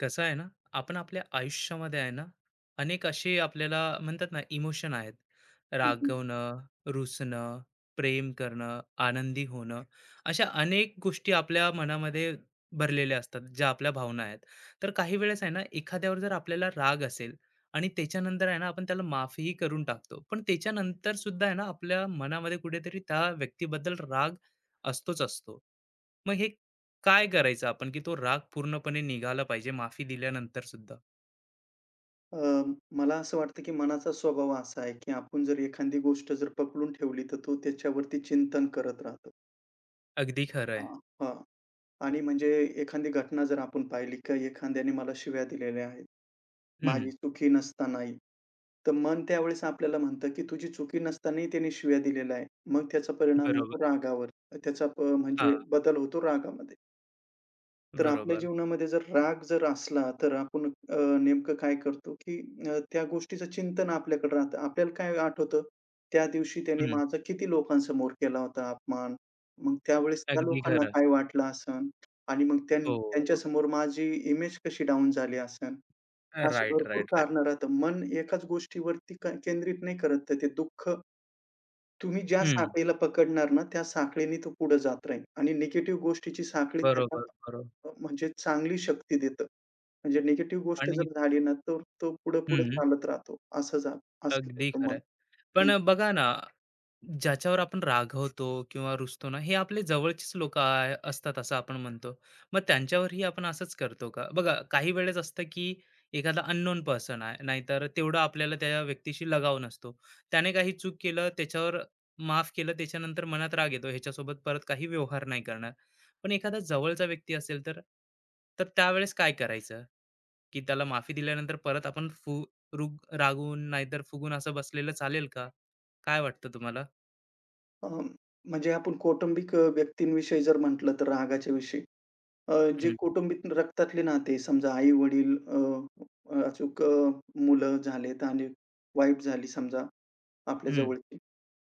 कसं आहे ना, आपण आपल्या आयुष्यामध्ये आहे ना, अनेक असे आपल्याला म्हणतात ना, इमोशन आहेत. हं, हं. रागवणं, रुसणं, प्रेम करणं, आनंदी होणं, अशा अनेक गोष्टी आपल्या मनामध्ये भरलेल्या असतात, ज्या आपल्या भावना आहेत. तर काही वेळेस आहे ना, एखाद्यावर जर आपल्याला राग असेल आणि त्याच्यानंतर आहे ना, आपण त्याला माफही करून टाकतो, पण त्याच्यानंतर सुद्धा आहे ना, आपल्या मनामध्ये कुठेतरी त्या व्यक्तीबद्दल राग असतोच असतो. मग हे काय करायचं आपण, की तो राग पूर्णपणे निघाला पाहिजे माफी दिल्यानंतर सुद्धा? अ, मला असं वाटतं, की मनाचा स्वभाव असा आहे, की आपण जर एखादी गोष्ट जर पकडून ठेवली, तर तो त्याच्यावरती चिंतन करत राहतो. अगदी खरं आहे. हां. हां. आणि म्हणजे एखादी घटना जर आपण पाहिली, की एखाद्याने मला शिव्या दिलेल्या आहेत, हं, माझी चुकी नसतानाही. तर मन त्यावेळेस आपल्याला म्हणतं, की तुझी चुकी नसतानाही त्याने शिव्या दिलेल्या आहे. मग त्याचा परिणाम बरोबर. होतो रागावर. त्याचा प हां, म्हणजे बदल होतो रागामध्ये. तर आपल्या बरोबर. जीवनामध्ये जर राग जर असला, तर आपण नेमकं काय करतो, की त्या गोष्टीचं चिंतन आपल्याकडे राहतं. आपल्याला काय आठवतं, त्या दिवशी त्याने हं, माझा किती लोकांसमोर केला होता अपमान. मग त्यावेळेस त्या अगदी लोकांना खरं. काय वाटलं असेल आणि मग त्यां हो. त्यांच्यासमोर माझी इमेज कशी डाउन झाली असेल. अशी राइट, भरपूर राइट, राइट. कारणं राहतात. मन एकाच गोष्टीवरती केंद्रित नाही करत, तर ते दुःख तुम्ही ज्या हं, साखळीला पकडणार ना, त्या साखळीने तो पुढे जात राहील आणि निगेटिव्ह गोष्टीची साखळी त्याला बरोबर, बरोबर. म्हणजे चांगली शक्ती देतं. म्हणजे निगेटिव्ह गोष्ट आणि जर झाली ना, तर तो पुढे-पुढे हं, चालत राहतो. असं झालं असं अगदी करतं खरं. मन. हं. पण बघा ना, ज्याच्यावर आपण रागवतो किंवा रुसतो ना, हे आपले जवळचेच लोक असतात, असं आपण म्हणतो. मग त्यांच्यावरही आपण असंच करतो का? बघा, काही वेळेस असतं की एखादा अननोन पर्सन आहे, नाहीतर तेवढं आपल्याला त्या व्यक्तीशी लगाव नसतो. त्याने काही चूक केलं, त्याच्यावर माफ केलं, त्याच्यानंतर मनात राग येतो, ह्याच्यासोबत परत काही व्यवहार नाही करणार. पण एखादा जवळचा व्यक्ती असेल तर तर त्यावेळेस काय करायचं, की त्याला माफी दिल्यानंतर परत आपण फु रुग रागून नाहीतर फुगून असं बसलेलं चालेल का? काय वाटतं तुम्हाला? अ, म्हणजे आपण कौटुंबिक व्यक्तींविषयी जर म्हटलं तर रागाच्या विषयी अ, जे कौटुंबिक रक्तातले नाते समजा आई-वडील अचूक मुलं झालेत आणि वाईफ झाली समजा आपल्या हं, जवळची.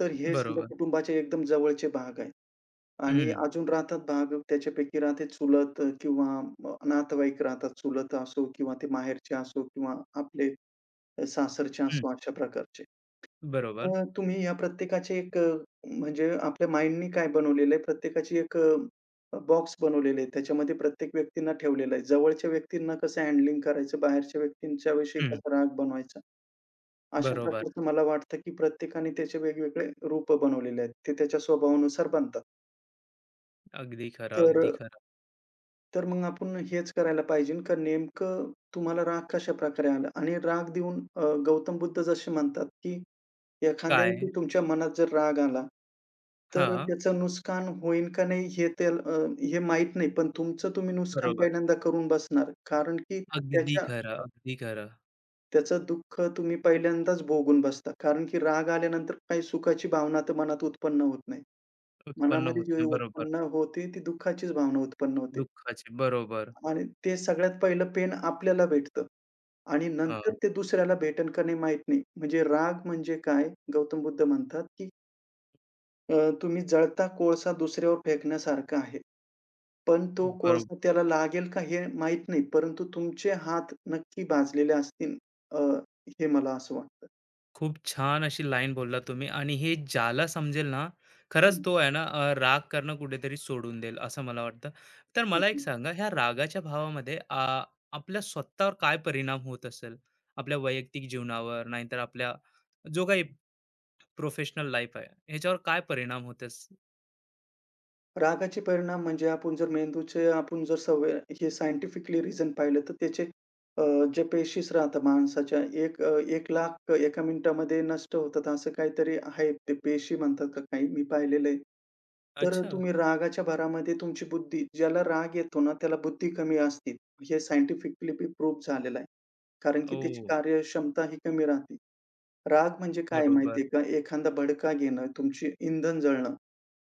तर हे समजा बरोबर. कुटुंबाचे एकदम जवळचे भाग आहेत. आणि हं, अजून राहतात भाग त्याच्यापैकी राहते चुलत किंवा नातेवाईक राहतात. चुलत असो किंवा ते माहेरचे असो किंवा आपले सासरचे हं, असो अशा प्रकारचे. बरोबर. तर तुम्ही या प्रत्येकाचे एक म्हणजे आपल्या माइंडनी काय बनवलेलं आहे प्रत्येकाची एक बॉक्स बनवलेले आहे. त्याच्यामध्ये प्रत्येक व्यक्तींना ठेवलेलं आहे. जवळच्या व्यक्तींना कसं हँडलिंग करायचं, बाहेरच्या व्यक्तींच्या विषयी हं, कसा राग बनवायचा. अशा बरोबर. प्रकारचं मला वाटतं, की प्रत्येकाने त्याचे वेगवेगळे रूपं बनवलेले आहेत. ते त्याच्या स्वभावानुसार बनतात. अगदी खरं, अगदी तर खरं. तर मग आपण हेच करायला पाहिजे का नेमकं तुम्हाला राग कशाप्रकारे आला? आणि राग देऊन गौतम बुद्ध जसे म्हणतात, की एखाद्या काय? वेळी तुमच्या मनात जर राग आला, तर हां, त्याचं नुकसान होईल का नाही हे माहीत नाही. पण तुमचं तुम्ही नुकसान बरोबर. पहिल्यांदा करून बसणार. कारण की अगदी त्याच्या खरं, अगदी खरं. त्याचं दुःख तुम्ही पहिल्यांदाच भोगून बसता. कारण की राग आल्यानंतर काही सुखाची भावना तर मनात उत्पन्न होत नाही. उत्पन्न मनामध्ये होत जी नाही. बरोबर. उत्पन्न होते ती दुःखाचीच भावना उत्पन्न होते. दुःखाचे. बरोबर. आणि ते सगळ्यात पहिलं पेन आपल्याला भेटतं आणि हां, नंतर ते दुसऱ्याला भेटेल का नाही माहीत नाही. म्हणजे राग म्हणजे काय? गौतम बुद्ध म्हणतात, की अ, तुम्ही जळता कोळसा दुसऱ्यावर फेकण्यासारखा आहे. पण तो बरोबर. कोळसा त्याला लागेल का हे माहीत नाही. परंतु तुमचे हात नक्की भाजलेले असतील. अ, हे मला असं वाटतं. खूप छान अशी लाईन बोललात तुम्ही. आणि हे ज्याला समजेल ना, खरंच हं, तो आहे ना राग करणं कुठेतरी सोडून देईल, असं मला वाटतं. तर हं, मला एक हं. सांगा, ह्या रागाच्या भावामध्ये आपल्या स्वतःवर काय परिणाम होत असेल? आपल्या वैयक्तिक जीवनावर, नाहीतर आपल्या जो काही प्रोफेशनल लाईफ आहे, ह्याच्यावर काय परिणाम होतेस? रागाचे परिणाम म्हणजे आपण जर मेंदूचे आपण जर सवय हे सायंटिफिकली रिझन पाहिलं तर त्याचे अ, जे पेशीस राहतात माणसाच्या एक 1,00,000 एका मिनिटामध्ये नष्ट होतात असं काहीतरी आहे. ते पेशी म्हणतात का काही मी पाहिलेलं आहे. तर अच्छा. तुम्ही रागाच्या भरामध्ये तुमची बुद्धी ज्याला राग येतो ना त्याला बुद्धी कमी असते. हे सायंटिफिकली प्रूव्ह झालेलं आहे. कारण की त्याची ओ. कार्यक्षमता ही कमी राहते. राग म्हणजे काय बरोबर. माहिती का? एखादा भडका घेणं, तुमची इंधन जळणं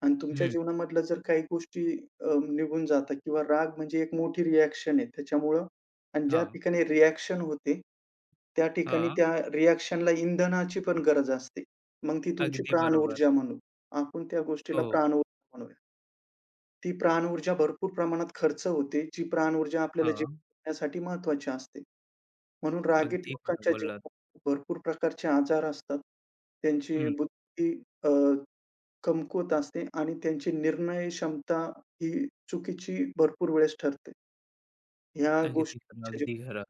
आणि तुमच्या हं. जीवनामधल्या जर काही गोष्टी निघून जातात किंवा राग म्हणजे एक मोठी रिएक्शन आहे. त्याच्यामुळं आणि ज्या हां, ठिकाणी रिएक्शन होते, त्या ठिकाणी हां. त्या रिएक्शनला इंधनाची पण गरज असते. मग ती तुमची अगदी बरोबर. प्राणऊर्जा म्हणू. आपण त्या गोष्टीला हो. प्राणऊर्जा म्हणूया. ती प्राणऊर्जा भरपूर प्रमाणात खर्च होते, जी प्राणऊर्जा आपल्याला हां. जीवित ठेवण्यासाठी असते. म्हणून रागीट अगदी खरं लोकांच्या बोललात. जीवनात भरपूर प्रकारचे आजार असतात. त्यांची हं. बुद्धी अ कमकुवत असते आणि त्यांची निर्णय क्षमता ही चुकीची भरपूर वेळेस ठरते. ह्या अगदी खरं, गोष्टी अगदी खरं.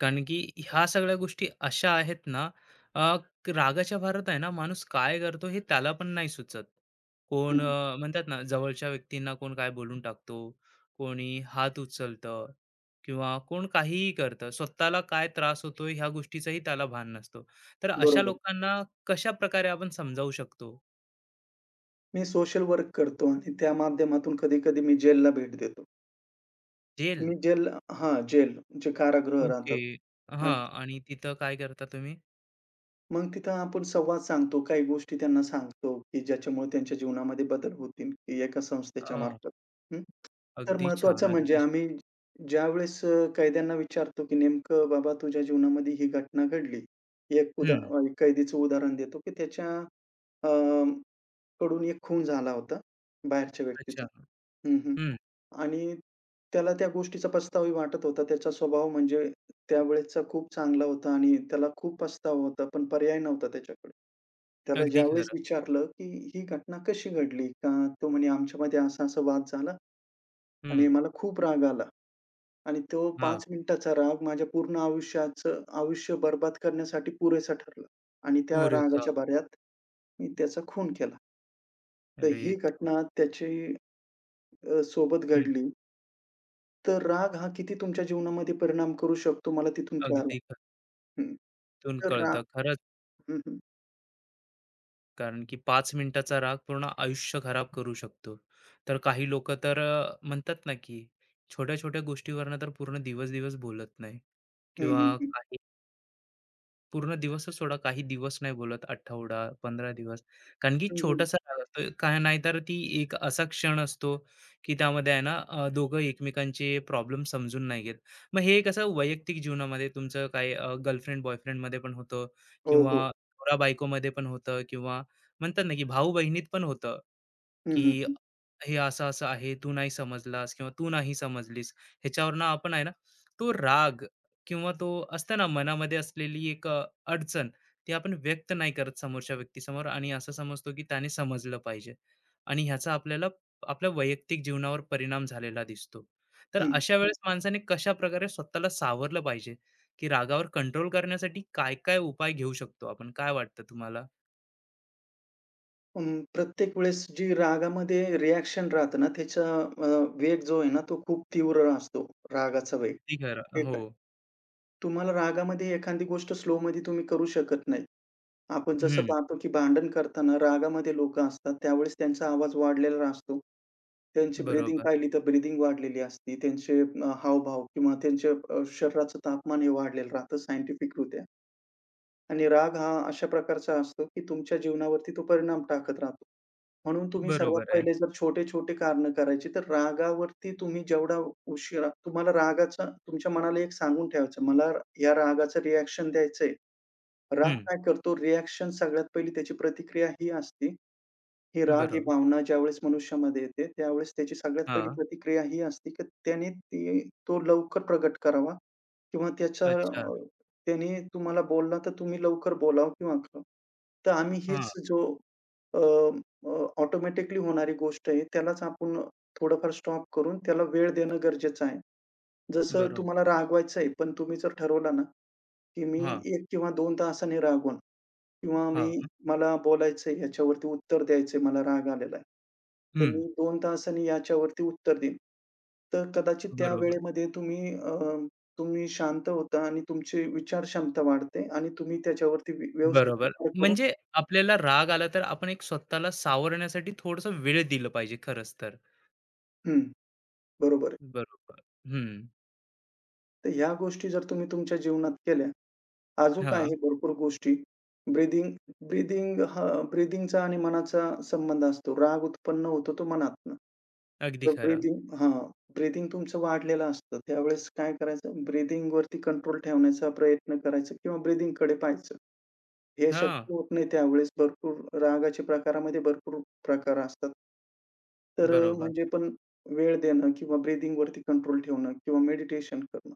कारण की ह्या सगळ्या गोष्टी अशा आहेत ना, अ, रागाच्या भारत आहे ना, माणूस काय करतो हे त्याला पण नाही सुचत. हं, कोण हं. म्हणतात ना, जवळच्या व्यक्तींना कोण काय बोलून टाकतो, कोणी हात उचलतं, किंवा कोण काहीही करतं, स्वतःला काय त्रास होतो ह्या गोष्टीचंही त्याला भान नसतो. तर अशा बरोबर. लोकांना कशा प्रकारे आपण समजावू शकतो? मी सोशल वर्क करतो आणि त्या माध्यमातून कधी-कधी मी जेलला भेट देतो. जेल? मी जेल हां, जेल जे कारागृह ओके. राहतात. हा. आणि तिथं काय करता तुम्ही? मग तिथं आपण संवाद सांगतो. काही गोष्टी त्यांना सांगतो, की ज्याच्यामुळे त्यांच्या जीवनामध्ये बदल होतील की एका संस्थेच्या अ, मार्फत. हं. तर अगदी छान, महत्त्वाचं म्हणजे अगदी छान. आम्ही ज्यावेळेस कैद्यांना विचारतो, की नेमकं बाबा तुझ्या जीवनामध्ये ही घटना घडली. एक उदा हम्म. अ, कैदीचं उदाहरण देतो, की त्याच्या अ, कडून एक खून झाला होता बाहेरच्या अच्छा. व्यक्तीचा. हं, हं. हम्म. आणि त्याला त्या गोष्टीचा पछतावाही वाटत होता. त्याचा स्वभाव म्हणजे त्यावेळेसचा खूप चांगला होता आणि त्याला खूप पछतावा होता, पण पर्याय नव्हता त्याच्याकडे. त्याला अगदी ज्यावेळेस खरं. विचारलं, की "ही घटना कशी घडली?" का तो म्हणे, "आमच्यामध्ये असा-असा वाद झाला आणि हम्म. मला खूप राग आला आणि तो हां, 5 मिनिटाचा राग माझ्या पूर्ण आयुष्याचं आयुष्य बरबाद करण्यासाठी पुरेसा ठरला आणि त्या पुरेसा. रागाच्या भऱ्यात मी त्याचा खून केला." तर अरे ही देवा! घटना त्याची सोबत हं, घडली. तर राग हा किती तुमच्या जीवनामध्ये परिणाम करू शकतो मला तिथून कळालं. अगदी. हं. त्यातून तर रा कळतं खरंच. हं, हं. कारण की 5 मिनिटाचा राग पूर्ण आयुष्य खराब करू शकतो. तर काही लोकं तर म्हणतात ना, की छोट्या-छोट्या गोष्टीवरनं तर पूर्ण दिवस-दिवस बोलत नाही, हं, हं, किंवा हं. काही पूर्ण दिवसच सोडा, काही दिवस नाही बोलत, आठवडा, 15 दिवस. कारण की हं, हं. छोटासा काळ असतो. काय नाहीतर ती एक असा क्षण असतो, की त्यामध्ये आहे ना, दोघं एकमेकांचे प्रॉब्लेम समजून नाही घेत. मग हे कसं वैयक्तिक जीवनामध्ये तुमचं काय, गर्लफ्रेंड, बॉयफ्रेंडमध्ये पण होतं, हो, किंवा हो. नवरा-बायकोमध्ये पण होतं, किंवा म्हणतात ना, की भाऊ-बहिणीत पण होतं, हं, की हं, हं. हे असं-असं आहे, तू नाही समजलास किंवा तू नाही समजलीस. ह्याच्यावरनं आपण आहे ना, तो राग, किंवा तो असतं ना, मनामध्ये असलेली एक अडचण, ती आपण व्यक्त नाही करत समोरच्या व्यक्तीसमोर, आणि असं समजतो की त्याने समजलं पाहिजे. आणि ह्याचा आपल्याला, आपल्या वैयक्तिक जीवनावर परिणाम झालेला दिसतो. तर हं. अशा वेळेस माणसाने कशा प्रकारे स्वतःला सावरलं पाहिजे, की रागावर कंट्रोल करण्यासाठी काय-काय उपाय घेऊ शकतो आपण? काय वाटतं तुम्हाला? प्रत्येक वेळेस जी रागामध्ये रिएक्शन राहतं ना, त्याचा अ, वेग जो आहे ना, तो खूप तीव्र असतो, रागाचा वेग. अगदी खरं. ठीक हो. आहे. तुम्हाला रागामध्ये एखादी गोष्ट स्लोमध्ये तुम्ही करू शकत नाही. आपण जसं हं. पाहतो, की भांडण करताना रागामध्ये लोक असतात, त्यावेळेस त्यांचा आवाज वाढलेला असतो. त्यांची ब्रीथिंग बरोबर. पाहिली तर ब्रीथिंग वाढलेली असते. त्यांचे हावभाव किंवा त्यांचे शरीराचं तापमान हे वाढलेलं राहतं सायंटिफिकरित्या. आणि राग हा अशा प्रकारचा असतो, की तुमच्या जीवनावरती तो परिणाम टाकत राहतो. म्हणून तुम्ही सर्वात बरोबर आहे. पहिले जर छोटे-छोटे कारणं करायची, तर रागावरती तुम्ही जेवढा उशिरा तुम्हाला रागाचा तुमच्या मनाला एक सांगून ठेवायचं, मला या रागाचं रिएक्शन द्यायचंय. राग हं. काय करतो, रिएक्शन सगळ्यात पहिली त्याची प्रतिक्रिया ही असते, ही राग ही बरोबर. भावना ज्यावेळेस मनुष्यामध्ये येते, त्यावेळेस त्याची सगळ्यात पहिली हां. प्रतिक्रिया ही असते, की त्याने ती तो लवकर प्रकट करावा किंवा त्याचा अच्छा. त्याने तुम्हाला बोलला तर तुम्ही लवकर बोलावं किंवा अकरावं. तर आम्ही हां. हीच जो अ, अ, ऑटोमॅटिकली होणारी गोष्ट आहे, त्यालाच आपण थोडंफार स्टॉप करून त्याला वेळ देणं गरजेचं आहे. जसं तुम्हाला बरोबर. रागवायचं आहे, पण तुम्ही जर ठरवलं ना, की मी हां, 1 किंवा 2 तासाने रागवण. किंवा मी हां. मला बोलायचंय याच्यावरती उत्तर द्यायचंय, मला राग आलेला आहे. तर हं. मी 2 तासांनी याच्यावरती उत्तर देईन. तर कदाचित त्या बरोबर. वेळेमध्ये तुम्ही शांत होता आणि तुमची विचार क्षमता वाढते आणि तुम्ही त्याच्यावरती व्यवस्थित बरोबर. विचार करून म्हणजे आपल्याला राग आला तर आपण एक स्वतःला सावरण्यासाठी थोडासा वेळ दिलं पाहिजे खरंच तर. हं, बरोबर आहे. बरोबर. हं. तर ह्या गोष्टी जर तुम्ही तुमच्या जीवनात केल्या, अजून हां. आहे भरपूर गोष्टी. ब्रीथिंग ब्रीथिंग हां, ब्रीथिंगचा आणि मनाचा संबंध असतो. राग उत्पन्न होतो तो मनातनं. अगदी तर खरं. ब्रीथिंग हां, ब्रीथिंग तुमचं वाढलेलं असतं. त्यावेळेस काय करायचं ब्रीथिंगवरती कंट्रोल ठेवण्याचा प्रयत्न करायचा किंवा ब्रीथिंगकडे पाहायचं. हे हां. शक्य होत नाही त्यावेळेस भरपूर रागाच्या प्रकारामध्ये भरपूर प्रकार असतात. तर बरोबर. म्हणजे पण वेळ देणं किंवा ब्रीथिंगवरती कंट्रोल ठेवणं किंवा मेडिटेशन करणं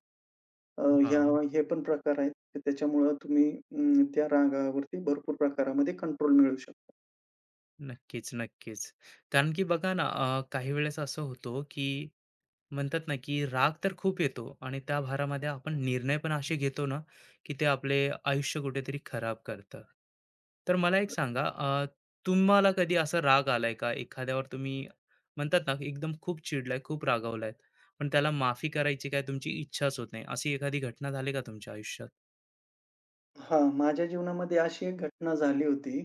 अ, ह्या हां. हे पण प्रकार आहेत. तर त्याच्यामुळं त्या रागावरती भरपूर प्रकारामध्ये कंट्रोल मिळवू शकता. नक्कीच, नक्कीच. कारण की बघा ना, काही वेळेस असं होतो, की म्हणतात ना, की राग तर खूप येतो आणि त्या भारामध्ये आपण निर्णय पण असे घेतो ना, की ते आपले आयुष्य कुठेतरी खराब करतं. तर मला एक सांगा, तुम्हाला कधी असा राग आलाय का? एखाद्यावर तुम्ही म्हणतात ना, की एकदम खूप चिडलाय, खूप रागावलायत, पण त्याला माफी करायची काय तुमची इच्छाच होत नाही. अशी एखादी घटना झाली का तुमच्या आयुष्यात? हां, माझ्या जीवनामध्ये अशी एक घटना झाली होती,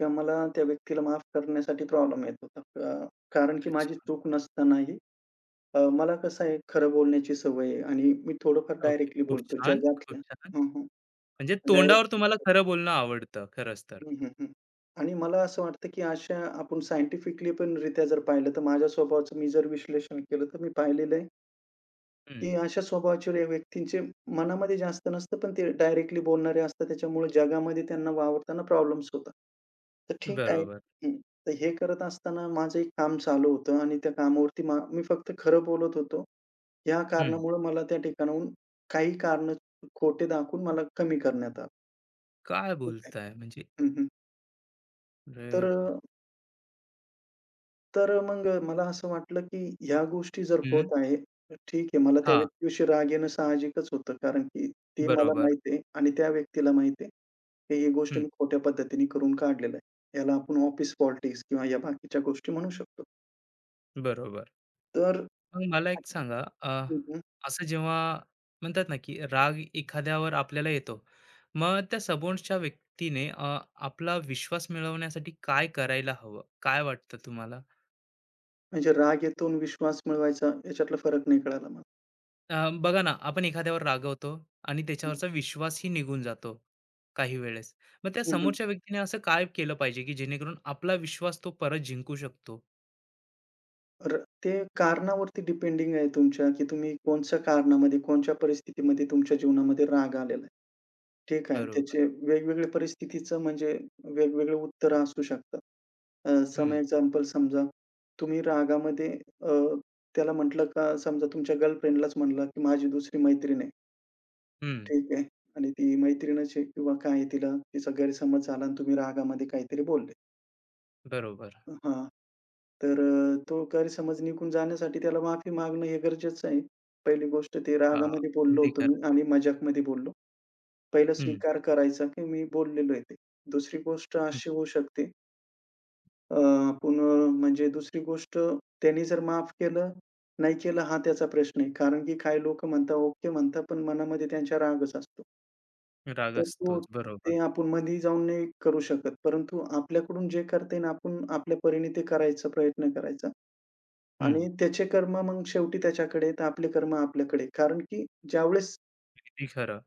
तेव्हा मला त्या व्यक्तीला माफ करण्यासाठी प्रॉब्लेम येत होता. कारण की माझी अच्छा. चूक नसतानाही मला कसं आहे खरं बोलण्याची सवय आहे आणि मी थोडंफार ओके. डायरेक्टली खूप बोलतो छान, खूप जगातल्या छान. हं, हं. म्हणजे तोंडावर तुम्हाला डायरेक्ट खरं बोलणं आवडतं, खरंच तर. हं, हं, हं. आणि मला असं वाटतं की अशा आपण सायंटिफिकली पण रित्या जर पाहिलं, तर माझ्या स्वभावाचं मी जर विश्लेषण केलं, तर मी पाहिलेलं आहे हं, की अशा स्वभावाचे व्यक्तींचे मनामध्ये जास्त नसतं, पण ते डायरेक्टली बोलणारे असतात. त्याच्यामुळे जगामध्ये त्यांना वावरताना प्रॉब्लेम्स होतात. तर ठीक आहे. बरोबर. हं. तर हे करत असताना माझं एक काम चालू होतं आणि त्या कामावरती मी फक्त खरं बोलत होतो. या हं. कारणामुळं मला त्या ठिकाणाहून काही कारणं खोटे दाखवून मला कमी करण्यात आलं. काय ठीक आहे. बोलताय? म्हणजे, हं, हं. तर अरे बाप! तर अ, मग मला असं वाटलं, की ह्या गोष्टी जर हं. होत आहे, तर ठीक आहे. मला त्या हां, व्यक्तीविषयी राग येणं साहजिकच होतं. कारण की ते मला बरोबर. माहिती आहे आणि त्या व्यक्तीला माहिती आहे, की ही गोष्ट हं, मी खोट्या पद्धतीने करून काढलेलं आहे. याला आपण ऑफिस पॉलिटिक्स किंवा या बाकीच्या गोष्टी म्हणू शकतो. बरोबर. तर मग मला एक सांगा, हं, असं जेव्हा म्हणतात ना, की राग एखाद्यावर आपल्याला येतो, मग त्या समोरच्या व्यक्तीने आपला विश्वास मिळवण्यासाठी काय करायला हवं? काय वाटतं तुम्हाला? म्हणजे राग येतो आणि विश्वास मिळवायचा याच्यातला फरक नाही कळाला मला. बघा ना, आपण एखाद्यावर रागवतो आणि त्याच्यावरचा विश्वासही निघून जातो काही वेळेस. मग त्या हं, हं. समोरच्या व्यक्तीने असं काय केलं पाहिजे, की जेणेकरून आपला विश्वास तो परत जिंकू शकतो? र ते कारणावरती डिपेंडिंग आहे तुमच्या, की तुम्ही कोणत्या कारणामध्ये, कोणत्या परिस्थितीमध्ये तुमच्या जीवनामध्ये राग आलेला आहे. ठीक आहे. बरोबर. त्याचे वेगवेगळ्या परिस्थितीचं म्हणजे वेगवेगळे उत्तरं असू शकतात. सम हं, एक्झाम्पल समजा तुम्ही रागामध्ये अ, त्याला म्हटलं का समजा तुमच्या गर्लफ्रेंडलाच म्हणला की माझी दुसरी मैत्रीण आहे. हं. ठीक आहे. आणि ती मैत्रीणच आहे किंवा काय आहे तिला तिचा गैरसमज झाला आणि तुम्ही रागामध्ये काहीतरी बोलले. बरोबर. हां. तर तो गैरसमज निघून जाण्यासाठी त्याला माफी मागणं हे गरजेचं आहे. पहिली गोष्ट ते हां, रागामध्ये बोललो अगदी होतो मी खरं. आणि मजाकमध्ये बोललो. पहिलं हं, स्वीकार करायचा, की मी बोललेलो आहे ते. दुसरी गोष्ट हं. अशी होऊ शकते अ, आपण म्हणजे दुसरी गोष्ट त्यांनी जर माफ केलं, नाही केलं हा त्याचा प्रश्न आहे. कारण की काही लोकं म्हणतात ओके म्हणतात, पण मनामध्ये त्यांच्या रागच असतो. राग तर तो असतोच. बरोबर. ते आपण मधी जाऊन नाही करू शकत. परंतु आपल्याकडून जे करता येईल आपण आपल्या परीने ते करायचा प्रयत्न करायचा हं, आणि त्याचे कर्म मग शेवटी त्याच्याकडे आहेत, आपले कर्म आपल्याकडे. कारण की ज्यावेळेस किती खरं.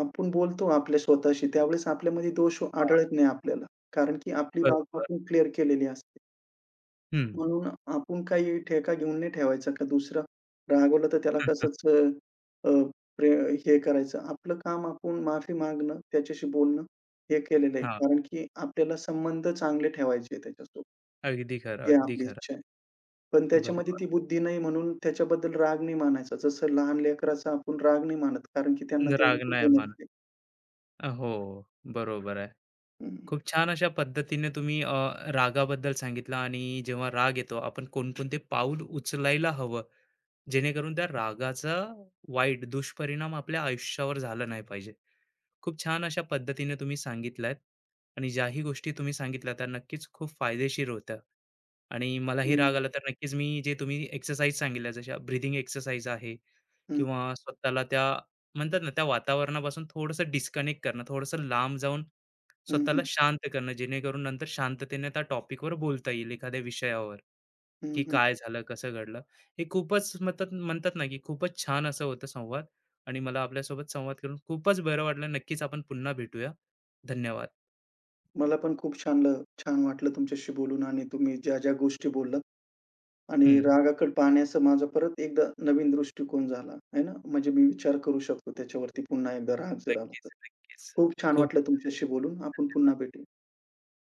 आपण बोलतो आपल्या स्वतःशी, त्यावेळेस आपल्यामध्ये दोष हां, आढळत नाही आपल्याला. कारण की आपली बाब बरोबर. आपण क्लिअर केलेली असते. हं. म्हणून आपण काही ठेका घेऊन नाही ठेवायचा का दुसरा रागवलं तर त्याला कसंच अ, अ, प्रे हे करायचं. आपलं काम आपण माफी मागणं, त्याच्याशी बोलणं हे केलेलं आहे. हां, कारण की आपल्याला संबंध चांगले ठेवायचे आहे त्याच्यासोबत, अगदी खरं, ही अगदी आपली खरं. इच्छा आहे. पण त्याच्यामध्ये ती बरोबर. बुद्धी नाही म्हणून त्याच्याबद्दल राग नाही मानायचा. जसं लहान लेकराचा आपण राग नाही मानत कारण की त्यांना तेवढी राग नाही बुद्धी मानत. नसते. हो, बरोबर आहे. हं, खूप छान अशा पद्धतीने तुम्ही रागाबद्दल सांगितलं, आणि जेव्हा राग येतो आपण कोणकोणते पाऊल उचलायला हवं, जेणेकरून त्या रागाचा वाईट दुष्परिणाम आपल्या आयुष्यावर झाला नाही पाहिजे. खूप छान अशा पद्धतीने तुम्ही सांगितल्यात, आणि ज्याही गोष्टी तुम्ही सांगितल्या त्या नक्कीच खूप फायदेशीर होत्या. आणि मलाही हं, राग आला तर नक्कीच मी, जे तुम्ही एक्सरसाइज सांगितल्या, जशा ब्रिदिंग एक्सरसाइज आहे, हं. किंवा स्वतःला त्या म्हणतात ना, त्या वातावरणापासून थोडंसं डिस्कनेक्ट करणं, थोडंसं लांब जाऊन हं, स्वतःला हं. शांत करणं, जेणेकरून नंतर शांततेने त्या टॉपिकवर बोलता येईल एखाद्या विषयावर, हं, की हं. काय झालं, कसं घडलं. हे खूपच म्हणतात म्हणतात ना, की खूपच छान असं होतं संवाद. आणि मला आपल्यासोबत संवाद करून खूपच बरं वाटलं. नक्कीच आपण पुन्हा भेटूया. धन्यवाद. मला पण खूप छान ल छान वाटलं तुमच्याशी बोलून आणि तुम्ही ज्या-ज्या गोष्टी बोललात हं. आणि रागाकडे पाहण्याचा माझा परत एकदा नवीन दृष्टिकोन झाला, आहे ना? म्हणजे मी विचार करू शकतो त्याच्यावरती पुन्हा एकदा राग जर आला तर. नक्कीच, नक्कीच. खूप छान खूप वाटलं तुमच्याशी बोलून. आपण पुन्हा भेटू.